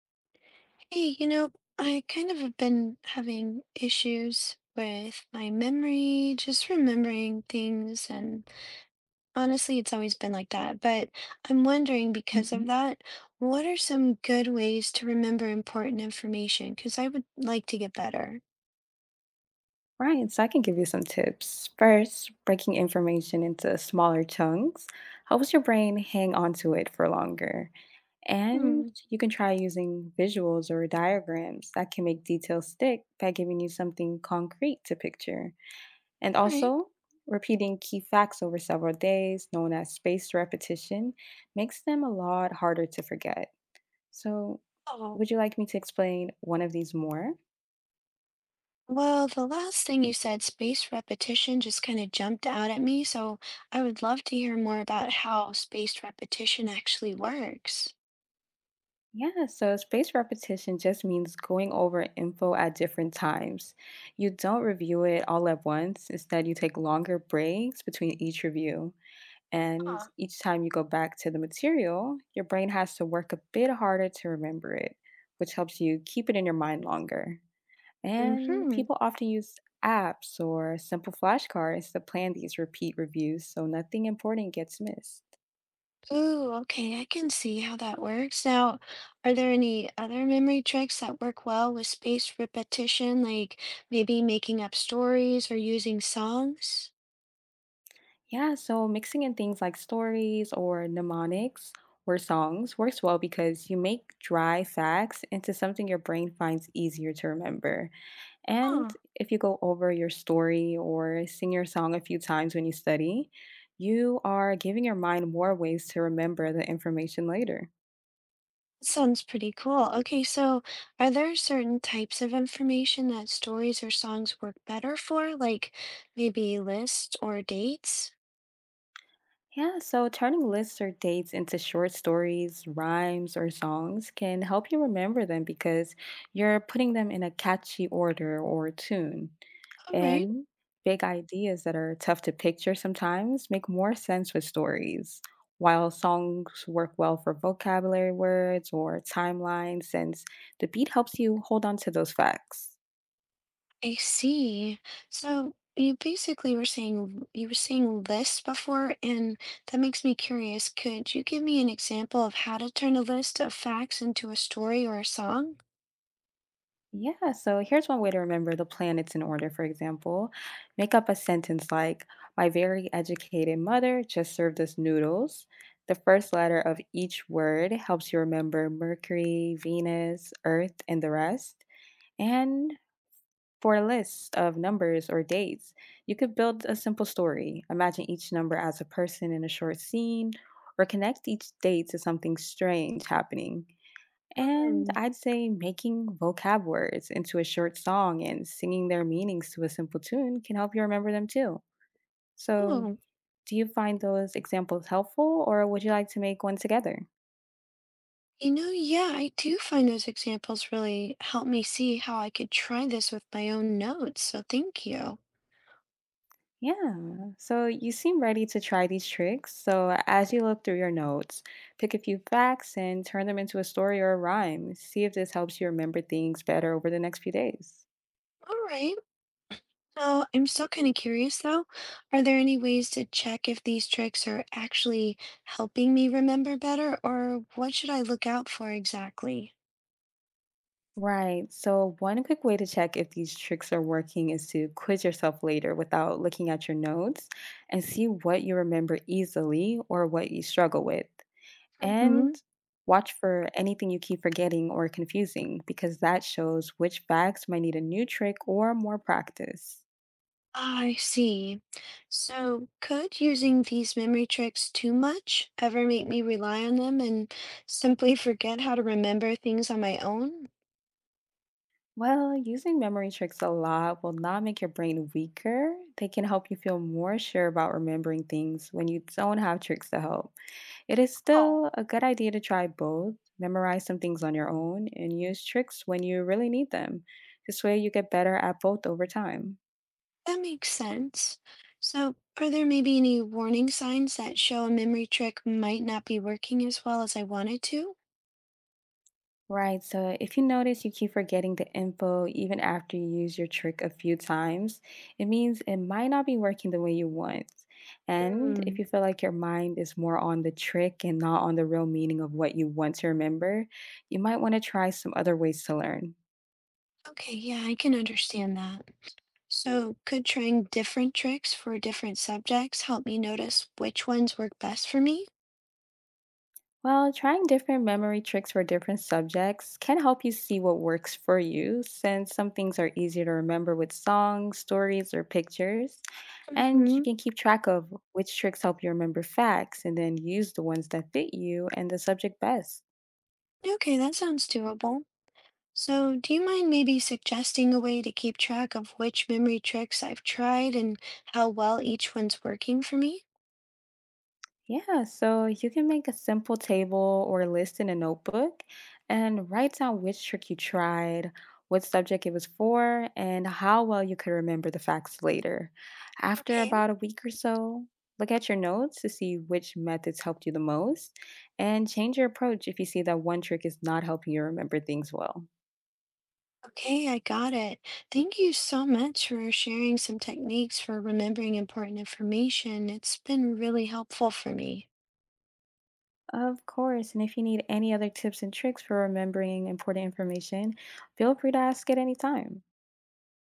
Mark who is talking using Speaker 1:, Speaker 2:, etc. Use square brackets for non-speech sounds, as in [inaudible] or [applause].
Speaker 1: Hey, you know, I kind of have been having issues with my memory, just remembering things, and honestly, it's always been like that. But I'm wondering because
Speaker 2: Mhm.
Speaker 1: of that, what are some good ways to remember important information? Because I would like to get better.
Speaker 2: Right, so I can give you some tips. First, breaking information into smaller chunks helps your brain hang on to it for longer. And
Speaker 1: Hmm,
Speaker 2: you can try using visuals or diagrams that can make details stick by giving you something concrete to picture. And
Speaker 1: all right.
Speaker 2: also, repeating key facts over several days, known as spaced repetition, makes them a lot harder to forget. So,
Speaker 1: Oh.
Speaker 2: would you like me to explain one of these more?
Speaker 1: Well, the last thing you said, spaced repetition, just kind of jumped out at me, so I would love to hear more about how spaced repetition actually works.
Speaker 2: Yeah, so spaced repetition just means going over info at different times. You don't review it all at once. Instead, you take longer breaks between each review. And
Speaker 1: Ah.
Speaker 2: each time you go back to the material, your brain has to work a bit harder to remember it, which helps you keep it in your mind longer. And
Speaker 1: Mm-hmm.
Speaker 2: people often use apps or simple flashcards to plan these repeat reviews so nothing important gets missed.
Speaker 1: Ooh, okay, I can see how that works. Now, are there any other memory tricks that work well with spaced repetition, like maybe making up stories or using songs?
Speaker 2: Yeah, so mixing in things like stories or mnemonics or songs works well because you make dry facts into something your brain finds easier to remember. And
Speaker 1: Huh,
Speaker 2: if you go over your story or sing your song a few times when you study, you are giving your mind more ways to remember the information later.
Speaker 1: sounds pretty cool. Okay, so are there certain types of information that stories or songs work better for, like maybe lists or dates?
Speaker 2: Yeah, so turning lists or dates into short stories, rhymes, or songs can help you remember them because you're putting them in a catchy order or tune.
Speaker 1: All right.
Speaker 2: And big ideas that are tough to picture sometimes make more sense with stories, while songs work well for vocabulary words or timelines, since the beat helps you hold on to those facts.
Speaker 1: I see. So you basically were saying list before, and that makes me curious. Could you give me an example of how to turn a list of facts into a story or a song?
Speaker 2: Yeah, so here's one way to remember the planets in order, for example. Make up a sentence like, my very educated mother just served us noodles. The first letter of each word helps you remember Mercury, Venus, Earth, and the rest. And for a list of numbers or dates, you could build a simple story. Imagine each number as a person in a short scene, or connect each date to something strange happening. And
Speaker 1: Hmm.
Speaker 2: I'd say making vocab words into a short song and singing their meanings to a simple tune can help you remember them too. So,
Speaker 1: Oh,
Speaker 2: do you find those examples helpful, or would you like to make one together?
Speaker 1: yeah, I do find those examples really help me see how I could try this with my own notes. So thank you.
Speaker 2: Yeah, so you seem ready to try these tricks. So, as you look through your notes, pick a few facts and turn them into a story or a rhyme. See if this helps you remember things better over the next few days.
Speaker 1: All right. So I'm still kind of curious though. Are there any ways to check if these tricks are actually helping me remember better, or what should I look out for exactly?
Speaker 2: Right, so one quick way to check if these tricks are working is to quiz yourself later without looking at your notes and see what you remember easily or what you struggle with.
Speaker 1: Hmm.
Speaker 2: And watch for anything you keep forgetting or confusing because that shows which facts might need a new trick or more practice.
Speaker 1: I see. So could using these memory tricks too much ever make me rely on them and simply [laughs] forget how to remember things on my own?
Speaker 2: Well, using memory tricks a lot will not make your brain weaker. They can help you feel more sure about remembering things when you don't have tricks to help. It is
Speaker 1: Oh,
Speaker 2: still a good idea to try both. Memorize some things on your own and use tricks when you really need them. This way, you get better at both over time.
Speaker 1: that makes sense. So are there maybe any warning signs that show a memory trick might not be working as well as I want it to?
Speaker 2: Right. So if you notice you keep forgetting the info even after you use your trick a few times, it means it might not be working the way you want. And
Speaker 1: Hmm.
Speaker 2: if you feel like your mind is more on the trick and not on the real meaning of what you want to remember, you might want to try some other ways to learn.
Speaker 1: Okay, yeah, I can understand that. So, could trying different tricks for different subjects help me notice which ones work best for me?
Speaker 2: Well, trying different memory tricks for different subjects can help you see what works for you, since some things are easier to remember with songs, stories, or pictures. And you
Speaker 1: Mm-hmm.
Speaker 2: can keep track of which tricks help you remember facts and then use the ones that fit you and the subject best.
Speaker 1: Okay, that sounds doable. So, do you mind maybe suggesting a way to keep track of which memory tricks I've tried and how well each one's working for me?
Speaker 2: Yeah, so you can make a simple table or list in a notebook and write down which trick you tried, what subject it was for, and how well you could remember the facts later. After
Speaker 1: Okay,
Speaker 2: about a week or so, look at your notes to see which methods helped you the most and change your approach if you see that one trick is not helping you remember things well.
Speaker 1: okay, I got it. Thank you so much for sharing some techniques for remembering important information. It's been really helpful for me.
Speaker 2: Of course, and if you need any other tips and tricks for remembering important information, feel free to ask at any time.